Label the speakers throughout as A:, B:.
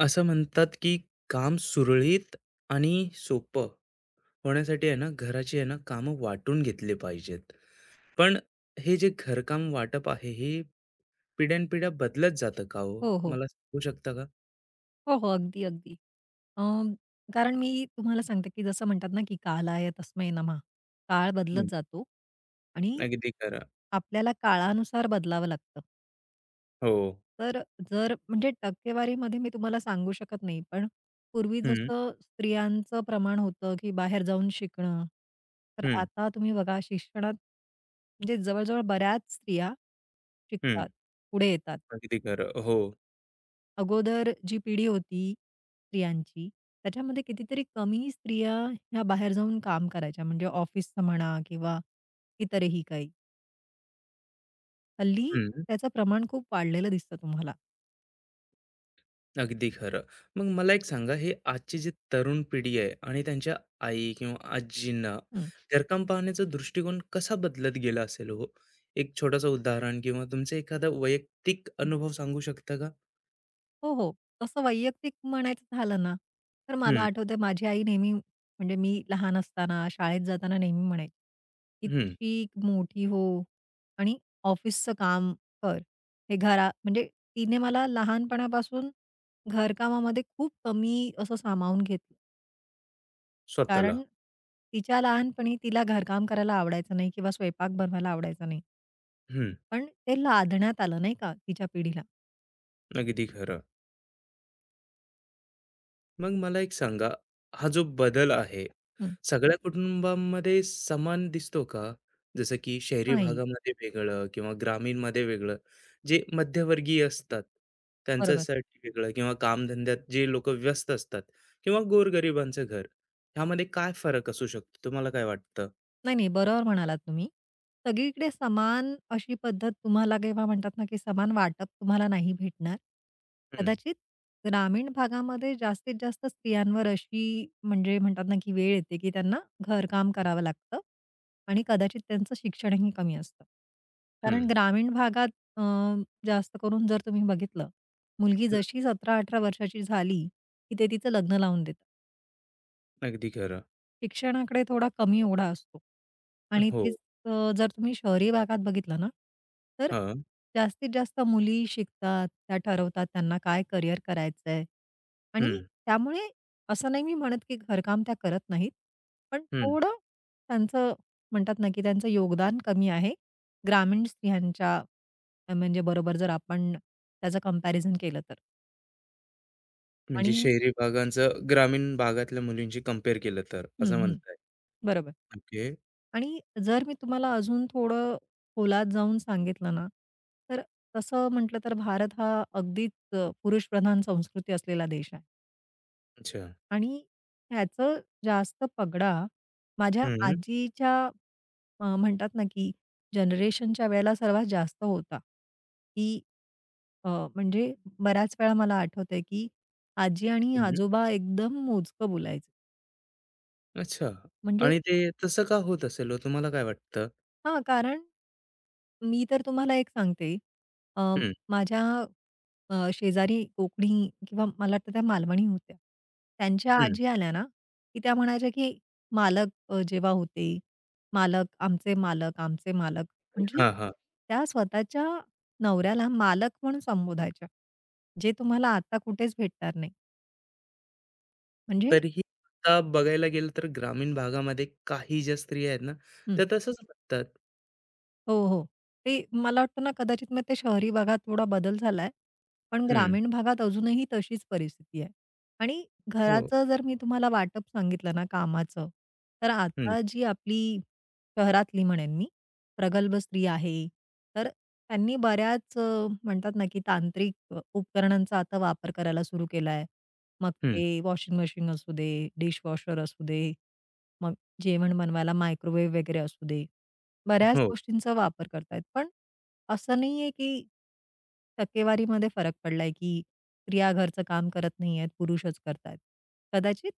A: असं म्हणतात की काम सुरळीत आणि सोपं होण्यासाठी आहे ना घराची आहे ना कामं वाटून घेतले पाहिजेत. पण हे जे घरकाम वाटप आहे हे पिढ्यानपिढ्या बदलत जातं का हो?
B: हो, हो.
A: मला सांगू शकता का?
B: हो, हो. अगदी, अगदी. अं, कारण मी तुम्हाला सांगते, की जसं म्हणतात ना, की "कालाय तस्मै नमः." काळ
A: हं.
B: बदलत जातो आणि
A: अगदी खरं.
B: आपल्याला काळानुसार बदलावं लागतं.
A: हो.
B: तर जर म्हणजे टक्केवारीमध्ये मी तुम्हाला सांगू शकत नाही, पण पूर्वी
A: हं,
B: जसं स्त्रियांचं प्रमाण होतं, की बाहेर जाऊन शिकणं. तर
A: हं,
B: आता तुम्ही बघा शिक्षणात म्हणजे जवळ बऱ्याच स्त्रिया
A: हं.
B: शिकतात, पुढे येतात.
A: अगदी खरं. हो.
B: अगोदर जी पिढी होती स्त्रियांची, त्याच्यामध्ये कितीतरी कमी स्त्रिया ह्या बाहेर जाऊन काम करायच्या म्हणजे ऑफिसचं म्हणा किंवा इतरही काही. हल्ली
A: हं.
B: त्याचं प्रमाण खूप वाढलेलं दिसतं तुम्हाला.
A: अगदी खरं. मग मला एक सांगा, हे आजची जी तरुण पिढी आहे आणि त्यांच्या आई किंवा आजींना घरकाम पाहण्याचा दृष्टिकोन कसा बदलत गेला असेल हो? एक छोटंसं उदाहरण किंवा तुमचा एखादा वैयक्तिक अनुभव सांगू शकता का?
B: हो, हो. तसं वैयक्तिक म्हणायचं झालं ना, तर मला
A: हं,
B: आठवतंय माझी आई नेहमी म्हणजे मी लहान असताना, शाळेत जाताना नेहमी म्हणायची, की "तू
A: हं.
B: शिक, मोठी हो आणि ऑफिसचं काम कर." हे घरा म्हणजे तिने मला लहानपणापासून घरकामामध्ये खूप कमी असं सामावून घेतलं.
A: स्वतःला.
B: कारण तिच्या लहानपणी तिला घरकाम करायला आवडायचं नाही किंवा स्वयंपाक बनवायला आवडायचा नाही.
A: हं,
B: पण ते लादण्यात आलं नाही का तिच्या पिढीला.
A: अगदी खरं. मग मला एक सांगा, हा जो बदल आहे,
B: हं,
A: सगळ्या कुटुंबांमध्ये समान दिसतो का? जसं की शहरी
B: नाही.
A: भागामध्ये वेगळं किंवा ग्रामीणमध्ये वेगळं, जे मध्यमवर्गीय असतात,
B: बरोबर.
A: त्यांच्यासाठी वेगळं किंवा कामधंद्यात जे लोकं व्यस्त असतात किंवा गोरगरिबांचं घर, ह्यामध्ये काय फरक असू शकतो? तुम्हाला काय वाटतं?
B: नाही, नाही. बरोबर म्हणालात तुम्ही. सगळीकडे समान अशी पद्धत तुम्हाला किंवा म्हणतात ना, की समान वाटप तुम्हाला नाही भेटणार.
A: हं,
B: कदाचित ग्रामीण भागामध्ये जास्तीत जास्त स्त्रियांवर अशी म्हणजे म्हणतात ना, की वेळ येते, की त्यांना घरकाम करावं लागतं आणि कदाचित त्यांचं शिक्षणही कमी असतं.
A: हं,
B: कारण ग्रामीण भागात अ, जास्त करून जर तुम्ही बघितलं, मुलगी
A: हं.
B: जशी 17-18 वर्षाची झाली, की ते तिचं लग्न लावून देतात.
A: अगदी खरं.
B: शिक्षणाकडे थोडा कमी ओढा असतो आणि
A: हो.
B: तेच अ, जर तुम्ही शहरी भागात बघितलं ना, तर
A: हां.
B: जास्तीत जास्त मुली शिकतात, त्या ठरवतात त्यांना काय करिअर करायचंय
A: हं,
B: आणि त्यामुळे असं नाही मी म्हणत, की घरकाम त्या करत नाहीत. पण
A: हं.
B: थोडं त्यांचं म्हणतात ना, की त्यांचं योगदान कमी आहे ग्रामीण स्त्रियांच्या म्हणजे बरोबर जर आपण त्याचं कंपॅरिझन केलं तर
A: म्हणजे
B: आणि
A: शहरी भागांचं ग्रामीण भागातल्या मुलींशी कंपेअर केलं तर,
B: हं,
A: असं
B: हं.
A: म्हणताय.
B: बरोबर.
A: ओके.
B: आणि जर मी तुम्हाला अजून थोडं खोलात जाऊन सांगितलं ना, तर तसं म्हटलं तर भारत हा अगदीच पुरुषप्रधान संस्कृती असलेला देश आहे
A: अच्छा.
B: आणि ह्याचं जास्त पगडा माझ्या
A: हं, हं.
B: आजीच्या म्हणतात ना, की जनरेशनच्या वेळेला सर्वात जास्त होता, की अ, म्हणजे बऱ्याच वेळा मला आठवतंय, की आजी आणि आजोबा एकदम मोजकं बोलायचे.
A: अच्छा
B: म्हणजे
A: आणि ते तसं का होत असेल हो? तुम्हाला काय वाटतं?
B: हां, कारण मी तर तुम्हाला एक सांगते, अ,
A: हं,
B: माझ्या शेजारी कोकणी किंवा मला वाटतं त्या मालवणी होत्या. त्यांच्या
A: हं.
B: आजी आल्या ना, की त्या म्हणायच्या, की "मालक जेव्हा होते, मालक, आमचे मालक, आमचे मालक." म्हणजे
A: हां, हां.
B: त्या स्वतःच्या नवऱ्याला मालक म्हणून संबोधायच्या, जे तुम्हाला आता कुठेच भेटणार नाही. म्हणजे
A: तरीही आता बघायला गेलं तर ग्रामीण भागामध्ये काही ज्या स्त्रिया आहेत ना, त्या तसंच वागतात.
B: हो, हो. ते मला वाटतं ना कदाचित मग ते शहरी भागात थोडा बदल झालाय. पण
A: हं.
B: ग्रामीण भागात अजूनही तशीच परिस्थिती आहे. आणि
A: हो.
B: घराचं जर मी तुम्हाला वाटप सांगितलं ना कामाचं, तर
A: हं,
B: आता जी आपली शहरातली म्हणेन मी, प्रगल्भ स्त्री आहे, तर त्यांनी बऱ्याच म्हणतात ना की तांत्रिक उपकरणांचा आता वापर करायला सुरू केलाय. मग
A: हं.
B: ते वॉशिंग मशीन असू दे, डिशवॉशर असू दे, मग जेवण बनवायला मायक्रोवेव्ह वगैरे असू दे. बऱ्याच
A: हो.
B: गोष्टींचा वापर करतायत. पण असं नाहीये की टक्केवारीमध्ये फरक पडलाय, की स्त्रिया घरचं काम करत नाहीयेत, पुरुषच करतायत. कदाचित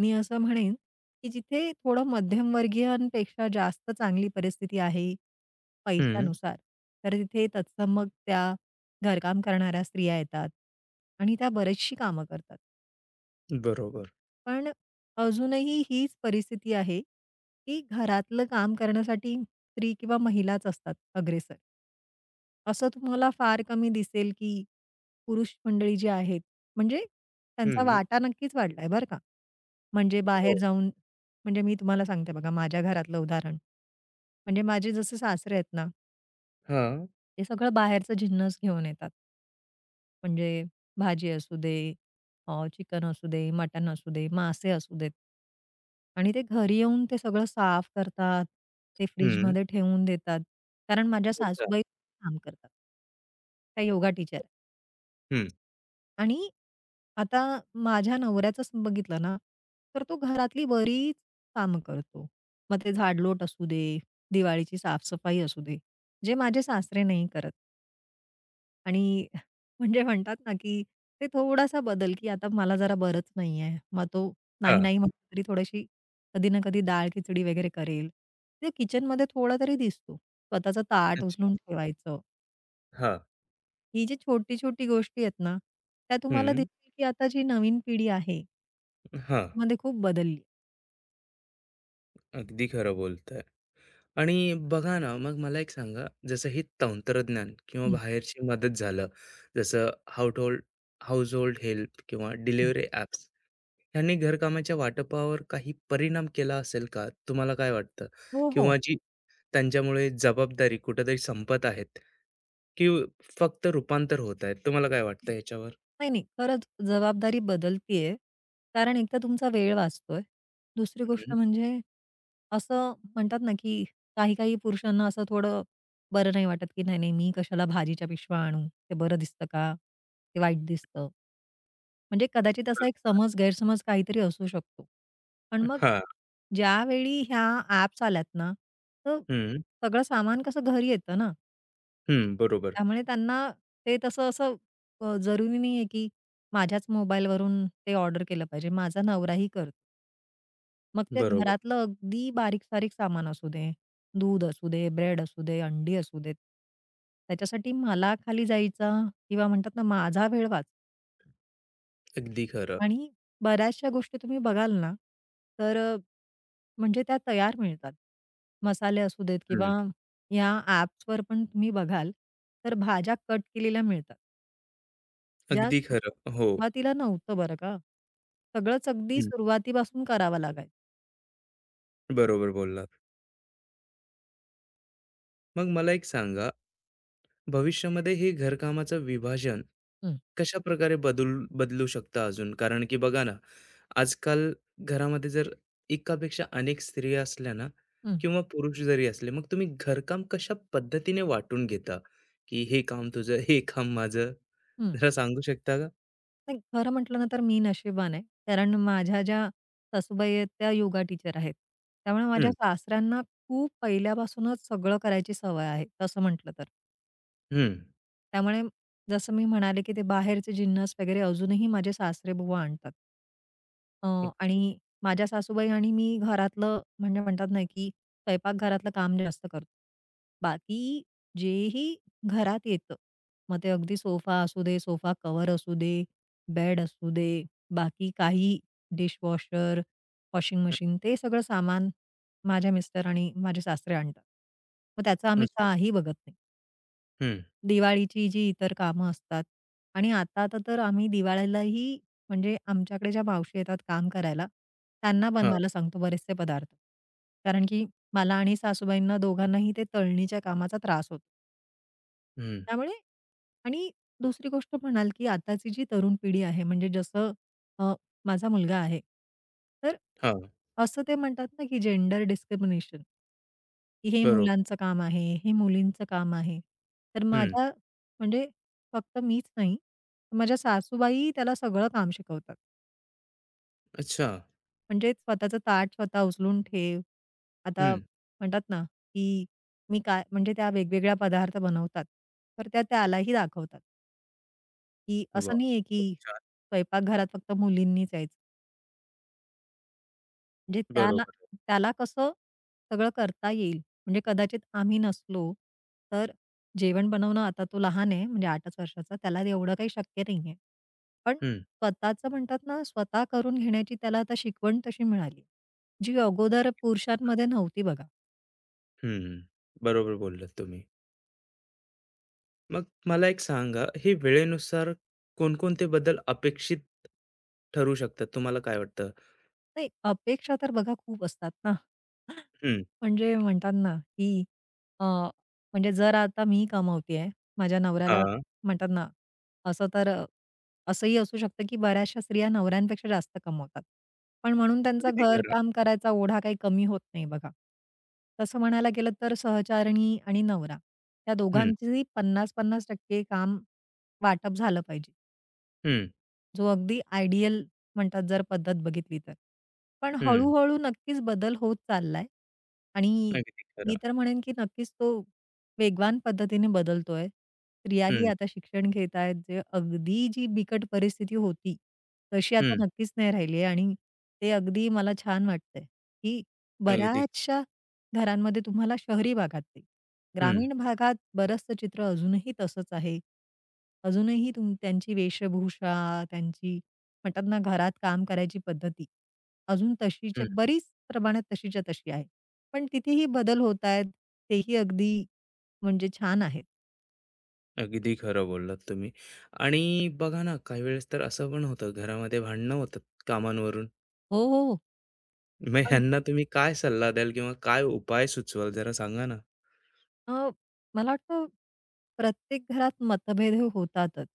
B: मी असं म्हणेन, की जिथे थोडं मध्यमवर्गीयांपेक्षा जास्त चांगली परिस्थिती आहे
A: हं.
B: पैशानुसार, तर तिथे तत्सम मग त्या घरकाम करणाऱ्या स्त्रिया येतात आणि त्या बरीचशी कामं करतात.
A: बरोबर.
B: पण अजूनही हीच परिस्थिती आहे, की घरातलं काम करण्यासाठी स्त्री किंवा महिलाच असतात अग्रेसर. असं तुम्हाला फार कमी दिसेल, की पुरुष मंडळी जी आहेत, म्हणजे त्यांचा
A: हं.
B: वाटा नक्कीच वाढलाय बरं का. म्हणजे बाहेर
A: हो.
B: जाऊन म्हणजे मी तुम्हाला सांगते बघा माझ्या घरातलं उदाहरण. म्हणजे माझे जसे सासरे आहेत ना
A: हां.
B: ते सगळं बाहेरचं जिन्नस घेऊन येतात. म्हणजे भाजी असू दे, चिकन असू दे, मटण असू दे, मासे असू देत. आणि ते घरी येऊन ते सगळं साफ करतात. ते
A: हं.
B: फ्रिजमध्ये ठेवून देतात. कारण माझ्या
A: अच्छा.
B: सासूबाई काम करतात. त्या योगा टीचर
A: हं.
B: आणि आता माझ्या नवऱ्याचंच बघितलं ना, तर तो घरातली बरीच कामं करतो. मग ते झाडलोट असू दे, दिवाळीची साफसफाई असू दे, जे माझे सासरे नाही करत. आणि म्हणजे म्हणतात ना, की ते थोडासा बदल, की आता मला जरा बरंच नाहीये. मग तो नाही,
A: हां.
B: नाही म्हटलं तरी थोडीशी कधी ना कधी डाळ-खिचडी वगैरे करेल. ते किचनमध्ये थोडा तरी दिसतो. स्वतःचं ताट
A: अच्छा.
B: उचलून ठेवायचं.
A: हां.
B: ही जी छोटी-छोटी गोष्टी आहेत ना, त्या तुम्हाला
A: हं.
B: दिसतील, की आता जी नवीन पिढी आहे,
A: हां.
B: त्याच्यामध्ये खूप बदलली.
A: अगदी खरं बोलताय. आणि बघा ना, मग मला एक सांगा, जसं हे तंत्रज्ञान किंवा
B: हं,
A: बाहेरची मदत झालं, जसं हाउटहोल्ड हाउसहोल्ड हेल्प किंवा
B: हं.
A: डिलिव्हरी ॲप्स ह्यांनी घरकामाच्या वाटपावर काही परिणाम केला असेल का? तुम्हाला काय वाटतं?
B: हो, हो.
A: किंवा जी त्यांच्यामुळे जबाबदारी कुठेतरी संपत आहेत की फक्त रूपांतर होत आहेत? तुम्हाला काय वाटतं ह्याच्यावर?
B: नाही, नाही. खरंच जबाबदारी बदलतीये. कारण एक तर तुमचा वेळ वाचतोय. दुसरी
A: हं,
B: गोष्ट म्हणजे असं म्हणतात ना, की काही-काही पुरुषांना असं थोडं बरं नाही वाटत, की नाही, नाही मी कशाला भाजीच्या पिशव्या आणू? ते बरं दिसतं का? ते वाईट दिसतं. म्हणजे कदाचित
A: बरं.
B: असा एक समज, गैरसमज काहीतरी असू शकतो. पण मग
A: हां.
B: ज्यावेळी ह्या ॲप्स आल्यात ना, तर
A: हं,
B: सगळं सामान कसं घरी येतं ना.
A: हं. बरोबर,
B: त्यामुळे त्यांना ते तसं असं जरुरी नाहीये, की माझ्याच मोबाईलवरून ते ऑर्डर केलं पाहिजे. माझा नवराही करतो. मग ते
A: बरोबर.
B: घरातलं अगदी बारीक-सारीक सामान असू दे, दूध असू दे, ब्रेड असू दे, अंडी असू देत. त्याच्यासाठी मला खाली जायचा किंवा म्हणतात ना माझा वेळ वाच
A: अगदी खरं.
B: आणि बऱ्याचशा गोष्टी तुम्ही बघाल ना, तर म्हणजे त्या तयार मिळतात. मसाले असू देत किंवा
A: हं,
B: या ॲप्सवर पण तुम्ही बघाल, तर भाज्या कट केलेल्या मिळतात. ज्या
A: अगदी
B: सुरु-
A: खरं. हो.
B: सुरुवातीला नव्हतं बरं का. सगळंच अगदी
A: हं,
B: सुरुवातीपासून करावं लागायचं.
A: बरोबर बोललात. मग मला एक सांगा, भविष्यामध्ये हे घरकामाचं विभाजन
B: हं,
A: कशा प्रकारे बदलू शकतं अजून? कारण की बघा ना, आजकाल घरामध्ये जर एकापेक्षा अनेक स्त्रिया असल्या ना
B: हं,
A: किंवा पुरुष जरी असले, मग तुम्ही घरकाम कशा पद्धतीने वाटून घेता? की हे काम तुझं, हे काम माझं?
B: हं.
A: जरा सांगू शकता का?
B: नाही खरं म्हटलं ना तर मी नशिबवान आहे. कारण माझ्या ज्या सासूबाई आहेत त्या योगा टीचर आहेत. त्यामुळे माझ्या
A: हं,
B: सासऱ्यांना खूप पहिल्यापासूनच सगळं करायची सवय आहे, तसं म्हटलं तर.
A: हं.
B: त्यामुळे जसं मी म्हणाले, की ते बाहेरचे जिन्नस वगैरे अजूनही माझे सासरेबुवा आणतात. अ,
A: ओके.
B: आणि माझ्या सासूबाई आणि मी घरातलं म्हणजे म्हणतात ना, की स्वयंपाकघरातलं काम जास्त करतो. बाकी जेही घरात येतं, मग ते अगदी सोफा असू दे, सोफा कवर असू दे, बेड असू दे, बाकी काही डिशवॉशर, वॉशिंग
A: हं,
B: मशीन ते सगळं सामान माझ्या मिस्टर आणि माझे सासरे आणतात. मग त्याचं आम्ही
A: अच्छा.
B: काही बघत नाही.
A: हं,
B: दिवाळीची जी इतर कामं असतात आणि आता आता तर आम्ही दिवाळीलाही म्हणजे आमच्याकडे ज्या मावशी येतात काम करायला, त्यांना
A: हां,
B: बनवायला सांगतो बरेचसे पदार्थ. कारण की मला आणि सासूबाईंना दोघांनाही ते तळणीच्या कामाचा त्रास होतो.
A: हं,
B: त्यामुळे आणि दुसरी गोष्ट म्हणाल, की आताची जी तरुण पिढी आहे, म्हणजे जसं अ, माझा मुलगा आहे. तर
A: हां.
B: असं ते म्हणतात ना, की जेंडर डिस्क्रिमिनेशन की हे
A: बरोबर.
B: मुलांचं काम आहे, हे मुलींचं काम आहे. तर
A: हं.
B: माझ्या म्हणजे फक्त मीच नाही, तर माझ्या सासूबाई त्याला सगळं काम शिकवतात.
A: अच्छा.
B: म्हणजे स्वतःचं ताट स्वतः उचलून ठेव. आता
A: हं.
B: म्हणतात ना, की मी काय म्हणजे त्या वेगवेगळ्या पदार्थ बनवतात. तर त्या त्यालाही दाखवतात. की
A: वाह!
B: असं नाहीये की
A: खूप छान.
B: स्वयंपाकघरात फक्त मुलींनीच यायचं. म्हणजे त्याला
A: बरोबर.
B: त्याला कसं सगळं करता येईल. म्हणजे कदाचित आम्ही नसलो, तर जेवण बनवणं आता तो लहान आहे म्हणजे 8च वर्षाचा, त्याला एवढं काही शक्य नाहीये. पण
A: हं.
B: स्वतःचं म्हणतात ना, स्वतः करून घेण्याची त्याला आता शिकवण तशी मिळाली. जी अगोदर पुरुषांमध्ये नव्हती बघा.
A: हं, बरोबर बोललात तुम्ही. मग मला एक सांगा, हे वेळेनुसार कोणकोणते बदल अपेक्षित ठरू शकतात? तुम्हाला काय वाटतं?
B: नाही अपेक्षा तर बघा खूप असतात ना.
A: हं,
B: म्हणजे म्हणतात ना, की अ, म्हणजे जर आता मी कमवतीये, माझ्या नवऱ्याला
A: हां,
B: म्हणतात ना, असं तर असंही असू शकतं, की बऱ्याचशा स्त्रिया नवऱ्यांपेक्षा जास्त कमवतात. पण म्हणून त्यांचा
A: अगदी खरं.
B: घरकाम करायचा ओढा काही कमी होत नाही बघा. तसं म्हणायला गेलं तर सहचारणी आणि नवरा या
A: हं,
B: दोघांचंही 50-50% काम वाटप झालं पाहिजे.
A: हं,
B: जो अगदी आयडियल म्हणतात जर पद्धत बघितली तर. पण
A: हं,
B: हळू-हळू नक्कीच बदल होत चाललाय आणि
A: अगदी
B: मी
A: खरं.
B: तर म्हणेन की नक्कीच तो वेगवान पद्धतीने बदलतोय. स्त्रियाही
A: हं,
B: आता शिक्षण घेत आहेत. जे अगदी जी बिकट परिस्थिती होती, तशी
A: हं,
B: आता नक्कीच नाही राहिली आहे आणि ते अगदी मला छान वाटतंय, की
A: अगदी
B: बऱ्याचशा घरांमध्ये तुम्हाला शहरी भागात ते
A: हं,
B: ग्रामीण भागात बरंचसं चित्र अजूनही तसंच आहे. अजूनही त्यांची वेशभूषा, त्यांची म्हणतात ना घरात काम करायची पद्धती, अजून
A: हं,
B: तशीच्या बरीच प्रमाणात तशीच्या तशी आहे. पण तिथेही बदल होत आहेत. तेही अगदी म्हणजे छान आहेत.
A: अगदी खरं बोललात तुम्ही. आणि बघा ना, काही वेळेस तर असं पण होतं, घरामध्ये भांडणं होतात कामांवरून.
B: हो, हो.
A: मग ह्यांना तुम्ही काय सल्ला द्याल किंवा काय उपाय सुचवाल जरा सांगा ना?
B: अ, मला वाटतं प्रत्येक घरात मतभेद हे होतातच.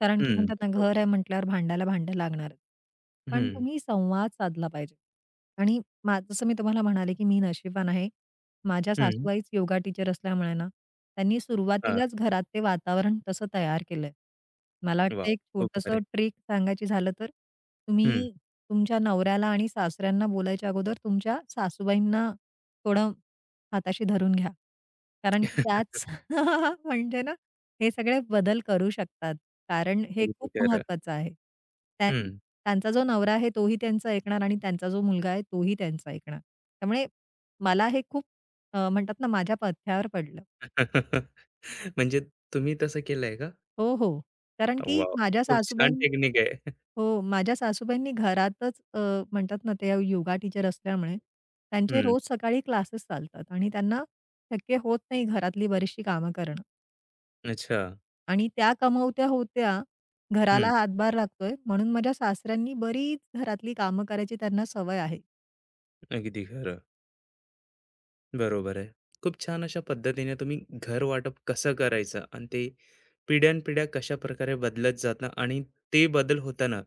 B: कारण की
A: हं,
B: म्हणतात ना,
A: बरोबर.
B: घर आहे म्हटल्यावर भांडायला भांडं लागणारच. पण
A: हं,
B: तुम्ही संवाद साधला पाहिजे. आणि जसं मी तुम्हाला म्हणाले, की मी नशिबवान आहे. माझ्या
A: हं.
B: सासूबाईच योगा टीचर असल्यामुळे ना, त्यांनी
A: हां,
B: सुरुवातीलाच घरात ते वातावरण तसं तयार केलंय. मला वाटतं
A: वॉव!
B: एक
A: खूप भारी.
B: छोटंसं ट्रिक सांगायची झालं तर,
A: हं.
B: तुम्ही तुमच्या नवऱ्याला आणि सासऱ्यांना बोलायच्या अगोदर तुमच्या सासूबाईंना थोडं हाताशी धरून घ्या. कारण की त्याच म्हणजे ना, हे सगळे बदल करू शकतात. कारण हे
A: अगदी
B: खूप
A: खरं.
B: महत्वाचं आहे. त्या
A: हं.
B: त्यांचा जो नवरा आहे तोही त्यांचं ऐकणार आणि त्यांचा जो मुलगा आहे तोही त्यांचं ऐकणार. त्यामुळे मला हे खूप म्हणतात ना माझ्या पथ्यावर पडलं.
A: म्हणजे तुम्ही तसं केलंय का?
B: हो, हो. कारण की
A: वाव
B: माझ्या
A: खूप छान
B: सासूबाईंनी
A: टेक्निक आहे.
B: हो, माझ्या सासूबाईंनी घरातच म्हणतात ना ते योगा टीचर असल्यामुळे त्यांचे
A: हं.
B: रोज सकाळी क्लासेस चालतात आणि त्यांना शक्य होत नाही घरातली बरीचशी कामं करणं.
A: अच्छा.
B: आणि त्या कमवत्या होत्या, घराला
A: हं.
B: हातभार लागतोय म्हणून माझ्या सासऱ्यांनी बरीच घरातली कामं करायची त्यांना सवय आहे.
A: अगदी खरं. बरोबर आहे. खूप छान अशा पद्धतीने तुम्ही घर वाटप कसं करायचं आणि ते पिढ्यानपिढ्या कशाप्रकारे बदलत जातं आणि ते बदल होताना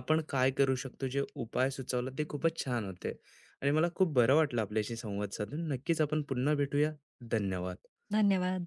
A: आपण काय करू शकतो, जे उपाय सुचवला ते खूपच छान होते आणि मला खूप बरं वाटलं आपल्याशी संवाद साधून. नक्कीच आपण पुन्हा भेटूया. धन्यवाद.
B: धन्यवाद.